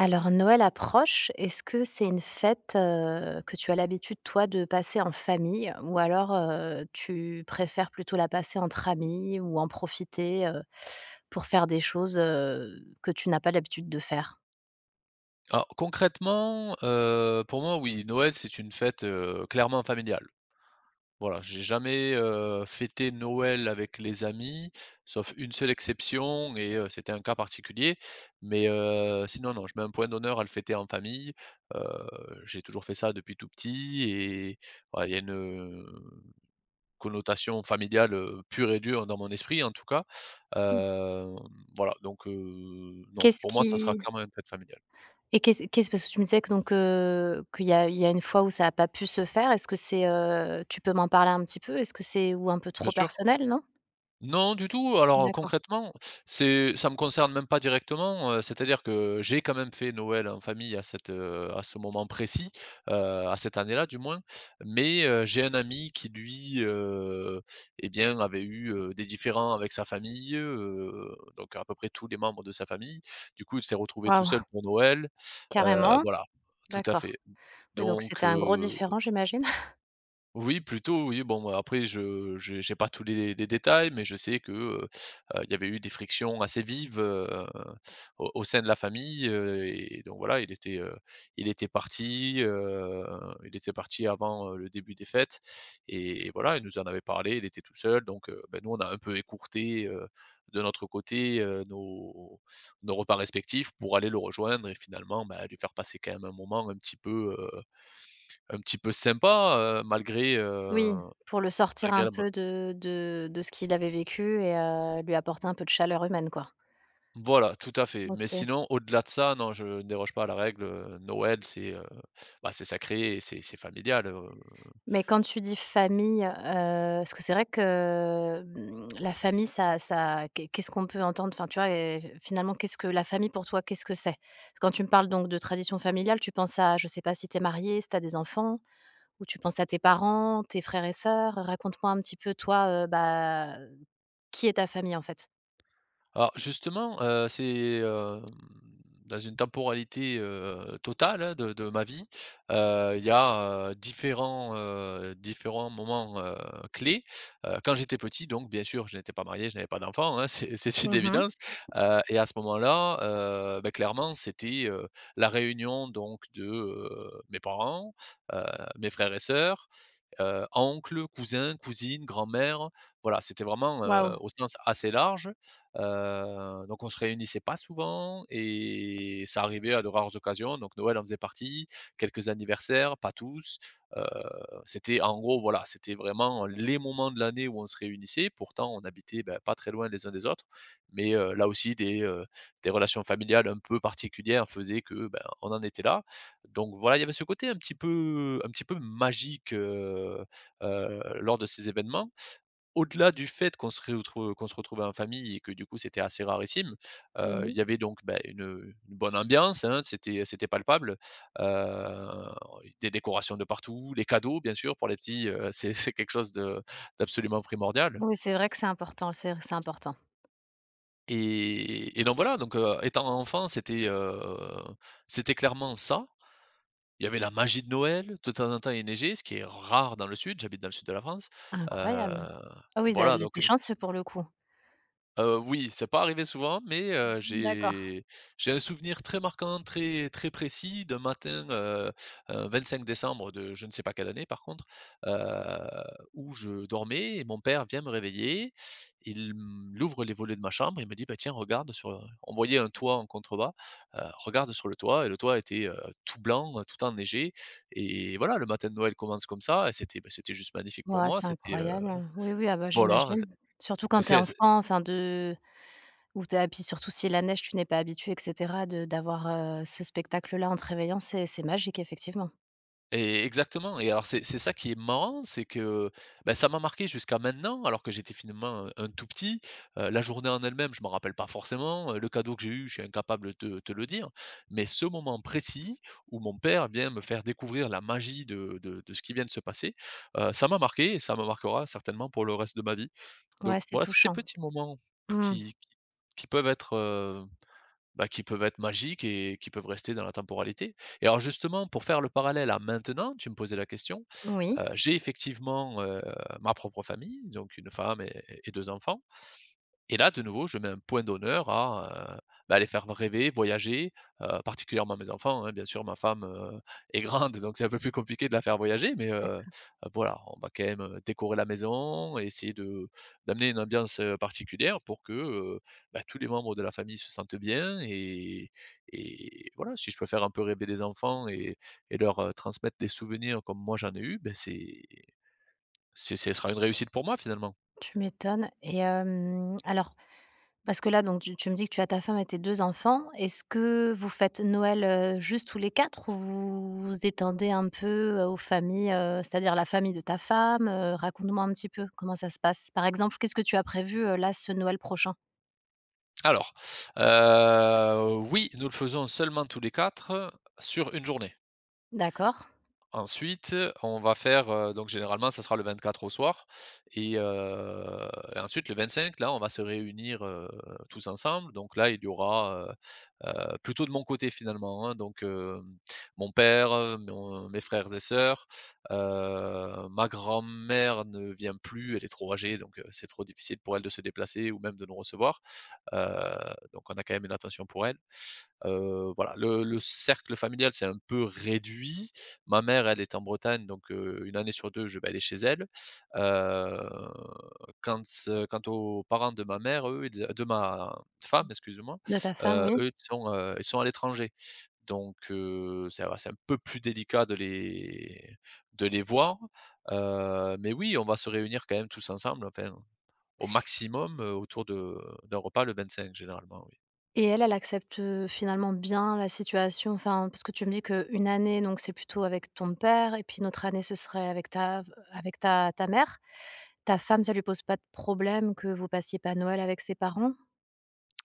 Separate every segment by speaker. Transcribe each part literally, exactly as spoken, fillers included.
Speaker 1: Alors Noël approche, est-ce que c'est une fête, heu, que tu as l'habitude toi de passer en famille ou alors, heu, tu préfères plutôt la passer entre amis ou en profiter, heu, pour faire des choses, heu, que tu n'as pas l'habitude de faire?
Speaker 2: Alors concrètement, heu, pour moi, oui, Noël, c'est une fête, heu, clairement familiale. Voilà, j'ai jamais, heu, fêté Noël avec les amis, sauf une seule exception et heu, c'était un cas particulier. Mais heu, sinon, non, je mets un point d'honneur à le fêter en famille. Heu, j'ai toujours fait ça depuis tout petit et ouais, il y a une, heu, connotation familiale, heu, pure et dure dans mon esprit, en tout cas.
Speaker 1: Mmh.
Speaker 2: Hem, voilà, donc heu, non,
Speaker 1: Qu'est-ce
Speaker 2: pour moi, ça sera
Speaker 1: qui
Speaker 2: clairement une fête familiale.
Speaker 1: Et qu'est-ce qu'est-ce parce que tu me disais que donc, heu, qu'il y a il y a une fois où ça a pas pu se faire. Est-ce que c'est, heu tu peux m'en parler un petit peu? Est-ce que c'est ou un peu
Speaker 2: Bien
Speaker 1: trop
Speaker 2: sûr.
Speaker 1: personnel, non?
Speaker 2: Non, du tout. Alors,
Speaker 1: D'accord.
Speaker 2: concrètement, c'est ça me concerne même pas directement, heu, c'est-à-dire que j'ai quand même fait Noël en famille à cette, heu, à ce moment précis, heu, à cette année-là du moins, mais heu, j'ai un ami qui lui, heu, et bien, avait eu, heu, des différends avec sa famille, heu, donc à peu près tous les membres de sa famille. Du coup, il s'est retrouvé tout
Speaker 1: Waouh!
Speaker 2: seul pour Noël, heu,
Speaker 1: Carrément?
Speaker 2: voilà, tout à
Speaker 1: D'accord.
Speaker 2: fait.
Speaker 1: Oui, donc
Speaker 2: Donc
Speaker 1: c'était un gros
Speaker 2: heu
Speaker 1: différent, j'imagine?
Speaker 2: oui, plutôt, oui, bon, moi, après je j'ai j'ai pas tous les les détails, mais je sais que, heu heu, il y avait eu des frictions assez vives, heu, au au sein de la famille, heu et donc voilà, il était, heu, il était parti, heu, il était parti avant, heu, le début des fêtes et et voilà, il nous en avait parlé, il était tout seul donc heu, bah, nous, on a un peu écourté, heu, de notre côté, heu, nos nos repas respectifs pour aller le rejoindre et finalement, bah, lui faire passer quand même un moment un petit peu, heu un petit peu sympa, heu, malgré,
Speaker 1: Oui,
Speaker 2: heu,
Speaker 1: pour le sortir
Speaker 2: malgré
Speaker 1: un
Speaker 2: la mo
Speaker 1: peu de de de ce qu'il avait vécu et heu, lui apporter un peu de chaleur humaine, quoi.
Speaker 2: voilà, tout à fait. Mais
Speaker 1: OK.
Speaker 2: sinon, au-delà de ça, non, je ne déroge pas à la règle, heu, Noël, c'est, heu, bah, c'est sacré et c'est c'est familial, heu
Speaker 1: Mais quand tu dis famille, heu, parce que c'est vrai que, mmh, la famille, ça ça qu'est qu'est-ce qu'on peut entendre? Enfin, tu vois, et finalement, qu'est-ce que la famille pour toi, qu'est-ce que c'est? Quand tu me parles donc de tradition familiale, tu penses à, je sais pas, si tu es marié, si tu as des enfants, ou tu penses à tes parents, tes frères et sœurs? Raconte-moi un petit peu toi, heu, bah, qui est ta famille, en fait?
Speaker 2: Alors justement, heu, c'est, hem, dans une temporalité, heu, totale, hein, de de ma vie, heu, il y a, heu, différents, heu, différents moments, heu, clés. Heu, quand j'étais petit donc bien sûr, je n'étais pas marié, je n'avais pas d'enfant, hein, c'est c'est une
Speaker 1: Mmh.
Speaker 2: évidence, heu et à ce moment-là, heu, bah, clairement, c'était, heu, la réunion donc de, heu, mes parents, heu, mes frères et sœurs, Heu, oncle, cousin, cousine, grand-mère, voilà, c'était vraiment,
Speaker 1: Waouh!
Speaker 2: heu, au sens assez large. Heu, donc on se réunissait pas souvent et ça arrivait à de rares occasions, donc Noël en faisait partie, quelques anniversaires, pas tous. Heu, c'était en gros, voilà, c'était vraiment les moments de l'année où on se réunissait. Pourtant on habitait, bah, pas très loin les uns des autres, mais heu, là aussi des, heu, des relations familiales un peu particulières faisaient que, ben, on en était là. Donc voilà, il y avait ce côté un petit peu un petit peu magique, heu heu, lors de ces événements. Au-delà du fait qu'on se retrouve qu'on se retrouvait en famille et que du coup c'était assez rarissime, heu, il
Speaker 1: Mmh.
Speaker 2: y avait donc, bah, une, une bonne ambiance, hein, c'était c'était palpable. Heu, des décorations de partout, les cadeaux bien sûr pour les petits, heu, c'est c'est quelque chose de
Speaker 1: S
Speaker 2: d'absolument primordial
Speaker 1: Oui, c'est vrai que c'est important, c'est c'est important.
Speaker 2: et et donc voilà, donc, heu, étant enfant, c'était, heu, c'était clairement ça. Il y avait la magie de Noël, de temps en temps il neigeait, ce qui est rare dans le sud, j'habite dans le sud de la France,
Speaker 1: Incroyable.
Speaker 2: heu,
Speaker 1: Ah oui, da
Speaker 2: voilà
Speaker 1: tu
Speaker 2: donc,
Speaker 1: chanceux pour le coup.
Speaker 2: Heu, oui, c'est pas arrivé souvent, mais heu,
Speaker 1: D'accord.
Speaker 2: j'ai j'ai un souvenir très marquant, très très précis d'un matin, heu, un vingt-cinq décembre de je ne sais pas quelle année par contre, heu, où je dormais et mon père vient me réveiller. Il mmh, il ouvre les volets de ma chambre, il me dit : « Bah, tiens regarde sur, heu» on voyait un toit en contrebas, heu: Regarde sur le toit » et le toit était, heu, tout blanc, heu, tout enneigé et voilà, le matin de Noël commence comme ça et c'était, bah, c'était juste magnifique pour
Speaker 1: Ouais,
Speaker 2: moi,
Speaker 1: c'est
Speaker 2: c'était, heu
Speaker 1: incroyable. Oui, oui, ah bah,
Speaker 2: voilà,
Speaker 1: j'imagine.
Speaker 2: c'est
Speaker 1: Surtout quand
Speaker 2: donc
Speaker 1: t'es
Speaker 2: c'est
Speaker 1: enfant, enfin de ou t'es es ah puis surtout si la neige, tu n'es pas habitué et cetera, de d'avoir, heu, ce spectacle-là en te réveillant, c'est c'est magique effectivement.
Speaker 2: Et exactement et alors c'est c'est ça qui est marrant, c'est que, bah, ça m'a marqué jusqu'à maintenant alors que j'étais finalement, heu, un tout petit. Heu, la journée en elle-même, je m'en rappelle pas forcément, heu, le cadeau que j'ai eu, je suis incapable de te te le dire. Mais ce moment précis où mon père vient me faire découvrir la magie de de de ce qui vient de se passer, heu, ça m'a marqué et ça me marquera certainement pour le reste de ma vie.
Speaker 1: Ouais,
Speaker 2: Donc
Speaker 1: c'est
Speaker 2: voilà, c'est ces
Speaker 1: touchant.
Speaker 2: petits moments p
Speaker 1: Mmh.
Speaker 2: qui qui peuvent être, heu, bah, qui peuvent être magiques et qui peuvent rester dans la temporalité. Et alors justement, pour faire le parallèle à maintenant, tu me posais la question,
Speaker 1: Oui,
Speaker 2: heu, j'ai effectivement, heu, ma propre famille, donc une femme et et deux enfants. Et là, de nouveau, je mets un point d'honneur à, heu, bah, les faire rêver, voyager, heu, particulièrement mes enfants, hein, bien sûr, ma femme, heu, est grande, donc c'est un peu plus compliqué de la faire voyager, mais heu, voilà, on va quand même, heu, décorer la maison, et essayer de d'amener une ambiance, heu, particulière pour que, heu, bah, tous les membres de la famille se sentent bien et et voilà, si je peux faire un peu rêver les enfants et et leur, heu, transmettre des souvenirs comme moi j'en ai eu, ben c'est c'est ce sera une réussite pour moi, finalement.
Speaker 1: tu m'étonnes et, hem, alors. Parce que là, donc tu tu me dis que tu as ta femme et tes deux enfants. Est-ce que vous faites Noël, heu, juste tous les quatre, ou vous vous étendez un peu, heu, aux familles, heu, c'est-à-dire la famille de ta femme? Heu, raconte-moi un petit peu comment ça se passe? Par exemple, qu'est-ce que tu as prévu, heu, là, ce Noël prochain?
Speaker 2: Alors, heu, oui, nous le faisons seulement tous les quatre sur une journée.
Speaker 1: D'accord.
Speaker 2: Ensuite, on va faire, heu, donc généralement, ça sera le vingt-quatre au soir et heu et ensuite le vingt-cinq, là, on va se réunir, heu, tous ensemble. Donc là, il y aura, heu heu, plutôt de mon côté, finalement, hein, donc hem, mon père, heu, mon mes frères et sœurs, heu, ma grand-mère ne vient plus, elle est trop âgée, donc heu, c'est trop difficile pour elle de se déplacer ou même de nous recevoir. Heu, donc on a quand même une attention pour elle. Heu, voilà, le le cercle familial c'est un peu réduit. Ma mère, elle est en Bretagne, donc heu, une année sur deux, je vais aller chez elle. Heu, quant ce quant aux parents de ma mère, eux, ils de ma femme, excusez moi
Speaker 1: De ta femme,
Speaker 2: heu,
Speaker 1: oui.
Speaker 2: eux, ils sont, heu, ils sont à l'étranger. Donc heu, c'est voilà, c'est un peu plus délicat de les de les voir. Heu, mais oui, on va se réunir quand même tous ensemble, enfin, au maximum, heu, autour de d'un repas le vingt-cinq généralement, oui.
Speaker 1: Et elle, elle accepte, heu, finalement bien la situation? Enfin, parce que tu me dis qu'une année, donc c'est plutôt avec ton père, et puis une autre année, ce serait avec ta avec ta ta mère. Ta femme, ça lui pose pas de problème que vous passiez pas Noël avec ses parents?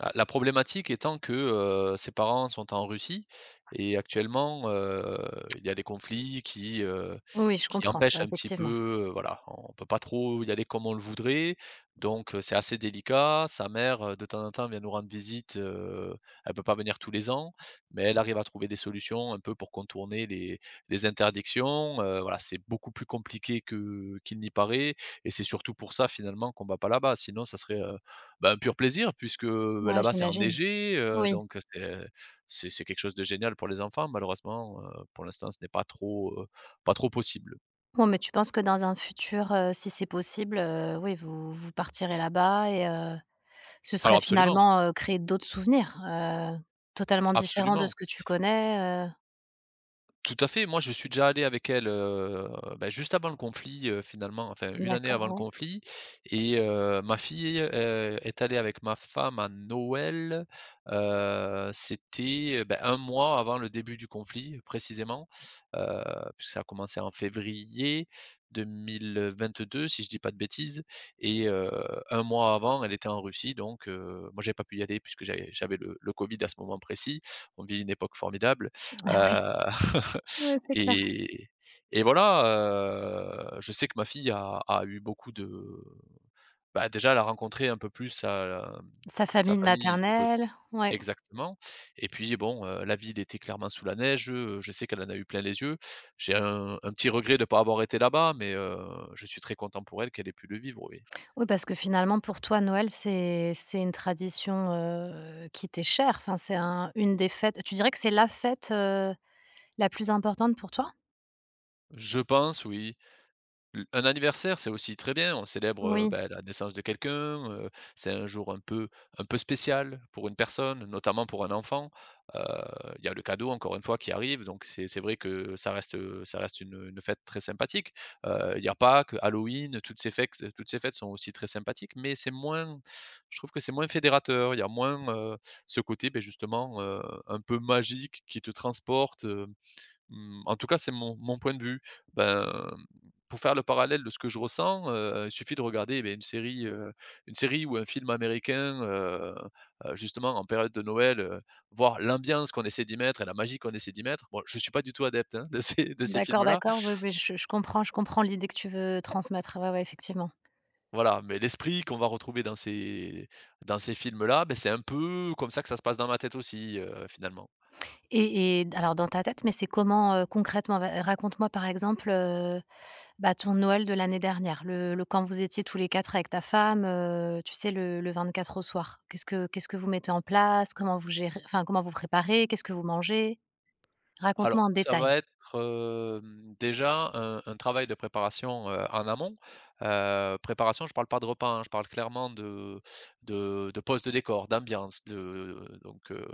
Speaker 2: Ah, la problématique étant que, heu, ses parents sont en Russie et actuellement, heu, il y a des conflits qui, heu,
Speaker 1: Oui, je
Speaker 2: qui
Speaker 1: comprends, là,
Speaker 2: empêchent un petit
Speaker 1: effectivement.
Speaker 2: peu, heu, voilà, on peut pas trop y aller comme on le voudrait, donc heu, c'est assez délicat. Sa mère, heu, de temps en temps vient nous rendre visite, heu, elle peut pas venir tous les ans, mais elle arrive à trouver des solutions un peu pour contourner les les interdictions, heu, voilà, c'est beaucoup plus compliqué que qu'il n'y paraît et c'est surtout pour ça finalement qu'on va pas là-bas, sinon ça serait, bah, un pur plaisir puisque, bah,
Speaker 1: Ouais,
Speaker 2: là-bas, c'est
Speaker 1: j'imagine.
Speaker 2: enneigé, heu,
Speaker 1: Oui.
Speaker 2: donc c'est c'est c'est quelque chose de génial pour les enfants. Malheureusement, heu, pour l'instant, ce n'est pas trop, heu, pas trop possible.
Speaker 1: Bon, mais tu penses que dans un futur, heu, si c'est possible, heu, oui, vous vous partirez là-bas et heu, ce
Speaker 2: Alors
Speaker 1: serait
Speaker 2: absolument,
Speaker 1: finalement, heu, créer d'autres souvenirs, heu, totalement différents de ce
Speaker 2: absolument.
Speaker 1: que tu connais, heu?
Speaker 2: Tout à fait, moi je suis déjà allé avec elle, heu, bah, juste avant le conflit, heu, finalement, enfin une année avant
Speaker 1: D'accord,
Speaker 2: le
Speaker 1: oui.
Speaker 2: conflit et heu, ma fille, heu, est allée avec ma femme à Noël, heu, c'était, bah, un mois avant le début du conflit précisément, heu, puisque ça a commencé en février deux mille vingt-deux si je dis pas de bêtises et heu, un mois avant elle était en Russie donc heu, moi j'avais pas pu y aller puisque j'avais j'avais le le covid à ce moment précis. On vit une époque formidable Heu,
Speaker 1: Ah oui. Ouais, c'est clair.
Speaker 2: et et voilà, heu, je sais que ma fille a a eu beaucoup de bah, déjà, elle a rencontré un peu plus sa,
Speaker 1: Sa
Speaker 2: sa
Speaker 1: famille de
Speaker 2: famille du cô
Speaker 1: maternelle, ouais.
Speaker 2: exactement et puis bon, heu, la ville était clairement sous la neige, heu, je sais qu'elle en a eu plein les yeux. J'ai un un petit regret de ne pas avoir été là-bas, mais heu, je suis très content pour elle qu'elle ait pu le vivre, oui.
Speaker 1: Oui, parce que finalement, pour toi, Noël, c'est c'est une tradition, heu, qui t'est chère. Enfin, c'est un une des fêtes, tu dirais que c'est la fête, heu, la plus importante pour toi?
Speaker 2: Je pense, oui. L Un anniversaire, c'est aussi très bien. On célèbre, heu,
Speaker 1: Oui,
Speaker 2: bah, la naissance de quelqu'un, heu, c'est un jour un peu un peu spécial pour une personne, notamment pour un enfant. Heu, il y a le cadeau encore une fois qui arrive, donc c'est c'est vrai que ça reste, heu, ça reste une, une fête très sympathique. Heu, il y a Pâques, Halloween, toutes ces fêtes, toutes ces fêtes sont aussi très sympathiques, mais c'est moins je trouve que c'est moins fédérateur. Il y a moins, heu, ce côté, beh, justement, heu, un peu magique qui te transporte, heu Mmh, En tout cas, c'est mon mon point de vue. Ben, pour faire le parallèle de ce que je ressens, heu, il suffit de regarder, beh, une série, heu, une série ou un film américain, heu heu, justement en période de Noël, heu, voir l'ambiance qu'on essaie d'y mettre et la magie qu'on essaie d'y mettre. Bon, je suis pas du tout adepte, hein, de ces de ces
Speaker 1: d'accord,
Speaker 2: films-là.
Speaker 1: d'accord. Oui, oui, je je comprends je comprends l'idée que tu veux transmettre. Ouais, ouais, effectivement.
Speaker 2: Voilà, mais l'esprit qu'on va retrouver dans ces dans ces films-là, beh, c'est un peu comme ça que ça se passe dans ma tête aussi, heu, finalement.
Speaker 1: Et et alors dans ta tête, mais c'est comment, heu, concrètement? Va Raconte-moi, par exemple, bah, ton Noël de l'année dernière, le le quand vous étiez tous les quatre avec ta femme, heu, tu sais, le le vingt-quatre au soir. Qu'est-ce que qu'est-ce que vous mettez en place? Comment vous gérez, enfin, comment vous préparez? Qu'est-ce que vous mangez? Raconte-moi
Speaker 2: Alors,
Speaker 1: en
Speaker 2: ça
Speaker 1: détail.
Speaker 2: va être, hem, déjà un un travail de préparation, heu, en amont. Heu, préparation, je parle pas de repas, hein, je parle clairement de de de pose de décor, d'ambiance, de donc heu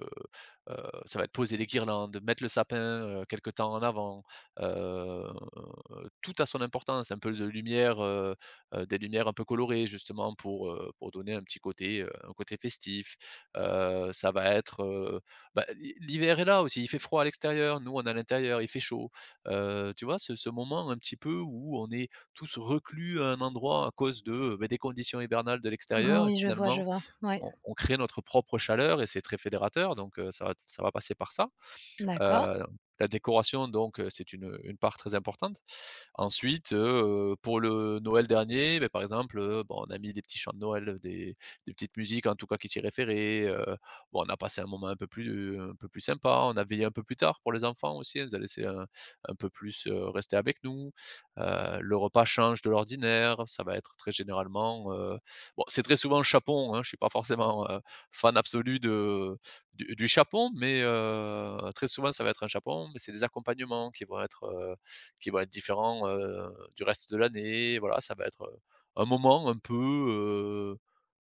Speaker 2: heu, ça va être poser des guirlandes, mettre le sapin, heu, quelque temps en avant. heu heu, Tout a son importance, un peu de lumière, heu heu, des lumières un peu colorées justement pour, heu, pour donner un petit côté, heu, un côté festif. Heu, ça va être, heu, bah, l'hi l'hiver est là aussi, il fait froid à l'extérieur, nous on est à l'intérieur, il fait chaud. Heu, tu vois, ce ce moment un petit peu où on est tous reclus à un endroit à cause de, beh, des conditions hivernales de l'extérieur et
Speaker 1: Oui, je vois, je
Speaker 2: finalement
Speaker 1: vois. Oui,
Speaker 2: on on crée notre propre chaleur et c'est très fédérateur donc heu, ça va ça va passer par ça.
Speaker 1: d'accord.
Speaker 2: Heu, la décoration donc heu, c'est une, une part très importante. Ensuite, heu, pour le Noël dernier, beh, par exemple, heu, bon, on a mis des petits chants de Noël, heu, des des petites musiques en tout cas qui s'y référaient, heu, bon, on a passé un moment un peu plus un peu plus sympa. On a veillé un peu plus tard pour les enfants aussi, on les a laissés un un peu plus, heu, rester avec nous. Heu, le repas change de l'ordinaire, ça va être très généralement, heu, bon, c'est très souvent le chapon, hein. Je suis pas forcément, heu, fan absolu de du du chapon, mais heu, très souvent ça va être un chapon, mais c'est des accompagnements qui vont être, heu qui vont être différents, heu, du reste de l'année. Voilà, ça va être un moment un peu, heu,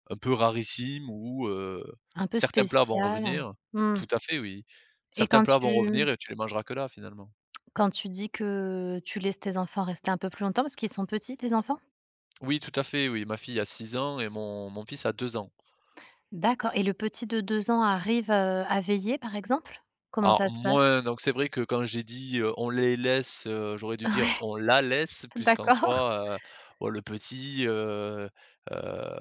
Speaker 2: un peu rarissime où, heu,
Speaker 1: Un peu
Speaker 2: certains plats vont
Speaker 1: spécial.
Speaker 2: revenir.
Speaker 1: Mmh
Speaker 2: Tout à fait, oui.
Speaker 1: et
Speaker 2: Certains
Speaker 1: quand
Speaker 2: plats vont
Speaker 1: tu
Speaker 2: revenir et tu les mangeras que là, finalement.
Speaker 1: quand tu dis que tu laisses tes enfants rester un peu plus longtemps parce qu'ils sont petits, tes enfants?
Speaker 2: Oui, tout à fait, oui. Ma fille a six ans et mon mon fils a deux ans.
Speaker 1: D'accord, et le petit de deux ans arrive, heu, à veiller, par exemple? Comment ça
Speaker 2: Alors
Speaker 1: se passe?
Speaker 2: moins donc c'est vrai que quand j'ai, dit, heu: On les laisse », heu, j'aurais dû dire : «
Speaker 1: Ouais,
Speaker 2: On la laisse » puisqu'en
Speaker 1: d'accord.
Speaker 2: soi, heu, bon le petit, heu heu,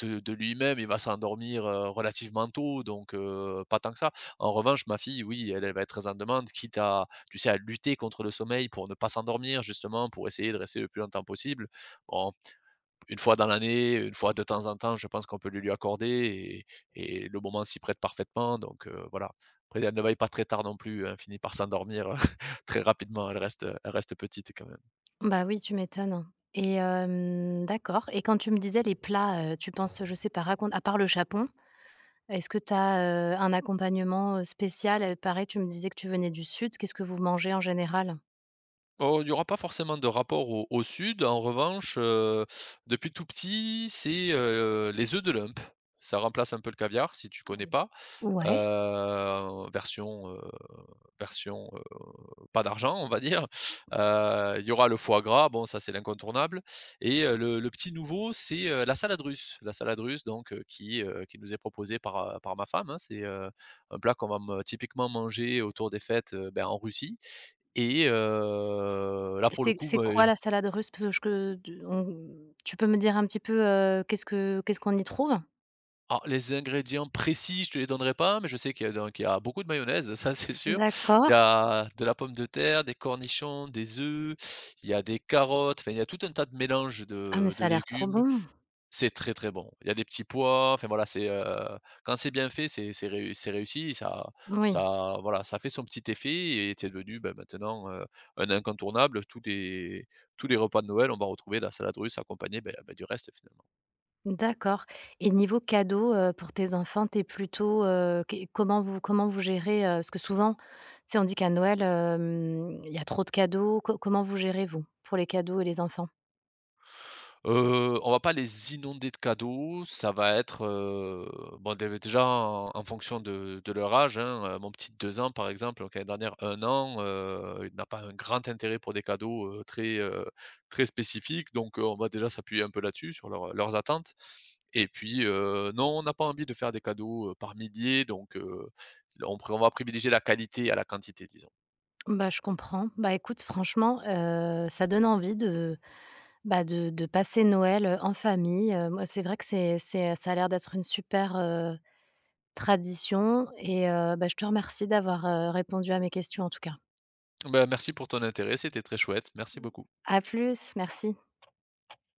Speaker 2: de de lui-même, il va s'endormir, heu, relativement tôt donc heu, pas tant que ça. En revanche, ma fille, oui, elle, elle va être très en demande, quitte à, tu sais, à lutter contre le sommeil pour ne pas s'endormir justement, pour essayer de rester le plus longtemps possible. Bon une fois dans l'année, une fois de temps en temps, je pense qu'on peut le lui accorder et et le moment s'y prête parfaitement donc heu, voilà. Après elle ne veille pas très tard non plus, hein, finit par s'endormir, très rapidement, elle reste, elle reste petite quand même.
Speaker 1: Bah oui, tu m'étonnes, et, hem, d'accord, et quand tu me disais les plats, heu, tu penses, je sais pas, raconte, à part le chapon, est-ce que tu as un accompagnement, heu, spécial? Heu, pareil, tu me disais que tu venais du sud, qu'est-ce que vous mangez en général?
Speaker 2: Oh, il n'y aura pas forcément de rapport au au sud. En revanche, heu, depuis tout petit, c'est, heu, les œufs de lump. Ça remplace un peu le caviar si tu connais pas.
Speaker 1: Ouais,
Speaker 2: heu, version, heu, Version, heu, pas d'argent, on va dire. Heu, il y aura le foie gras, bon ça c'est l'incontournable et heu, le le petit nouveau, c'est, heu, la salade russe. La salade russe donc heu, qui, heu, qui nous est proposée par, heu, par ma femme, hein. C'est, heu, un plat qu'on va me typiquement manger autour des fêtes, heu, ben en Russie et heu, là pour le
Speaker 1: c'est
Speaker 2: coup,
Speaker 1: c'est quoi,
Speaker 2: beh.
Speaker 1: la salade russe? Parce que je que de on tu peux me dire un petit peu, heu, qu'est-ce que qu'est-ce qu'on y trouve?
Speaker 2: Alors, les ingrédients précis, je te les donnerai pas, mais je sais qu'il y a donc il y a beaucoup de mayonnaise, ça c'est sûr. Il y
Speaker 1: D'accord.
Speaker 2: a de la pomme de terre, des cornichons, des œufs, il y a des carottes, enfin il y a tout un tas de mélanges
Speaker 1: Ah mais
Speaker 2: de de
Speaker 1: ça a l'air trop
Speaker 2: légumes.
Speaker 1: bon.
Speaker 2: C'est très, très bon. Il y a des petits pois, enfin voilà, c'est, heu, quand c'est bien fait, c'est c'est réu c'est réussi. ça
Speaker 1: Oui.
Speaker 2: ça voilà, ça fait son petit effet et c'est devenu, ben, maintenant, heu, un incontournable. Tous les tous les repas de Noël, on va retrouver la salade russe accompagnée, beh, beh, du reste, finalement.
Speaker 1: D'accord, et niveau cadeau, heu, pour tes enfants, t'es plutôt, heu, qu comment vous comment vous gérez, heu, parce que souvent, tu sais, on dit qu'à Noël, hem, il y a trop de cadeaux. Co Comment vous gérez, vous, pour les cadeaux et les enfants?
Speaker 2: Heu, on va pas les inonder de cadeaux, ça va être, heu, bon dé déjà en en fonction de de leur âge, hein, heu, mon petit de 2 ans par exemple, donc l'année dernière un an, heu, il n'a pas un grand intérêt pour des cadeaux, heu, très, heu, très spécifiques donc heu, on va déjà s'appuyer un peu là-dessus, sur leurs leurs attentes et puis, heu, non, on n'a pas envie de faire des cadeaux, heu, par milliers donc heu, on pré on va privilégier la qualité à la quantité, disons.
Speaker 1: Bah, je comprends. Bah, écoute, franchement, heu, ça donne envie de, bah, de de passer Noël, heu, en famille, heu, moi, c'est vrai que c'est c'est ça a l'air d'être une super, heu, tradition, et heu, bah, je te remercie d'avoir, heu, répondu à mes questions, en tout cas.
Speaker 2: Ben, merci pour ton intérêt, c'était très chouette, merci beaucoup.
Speaker 1: À plus, merci.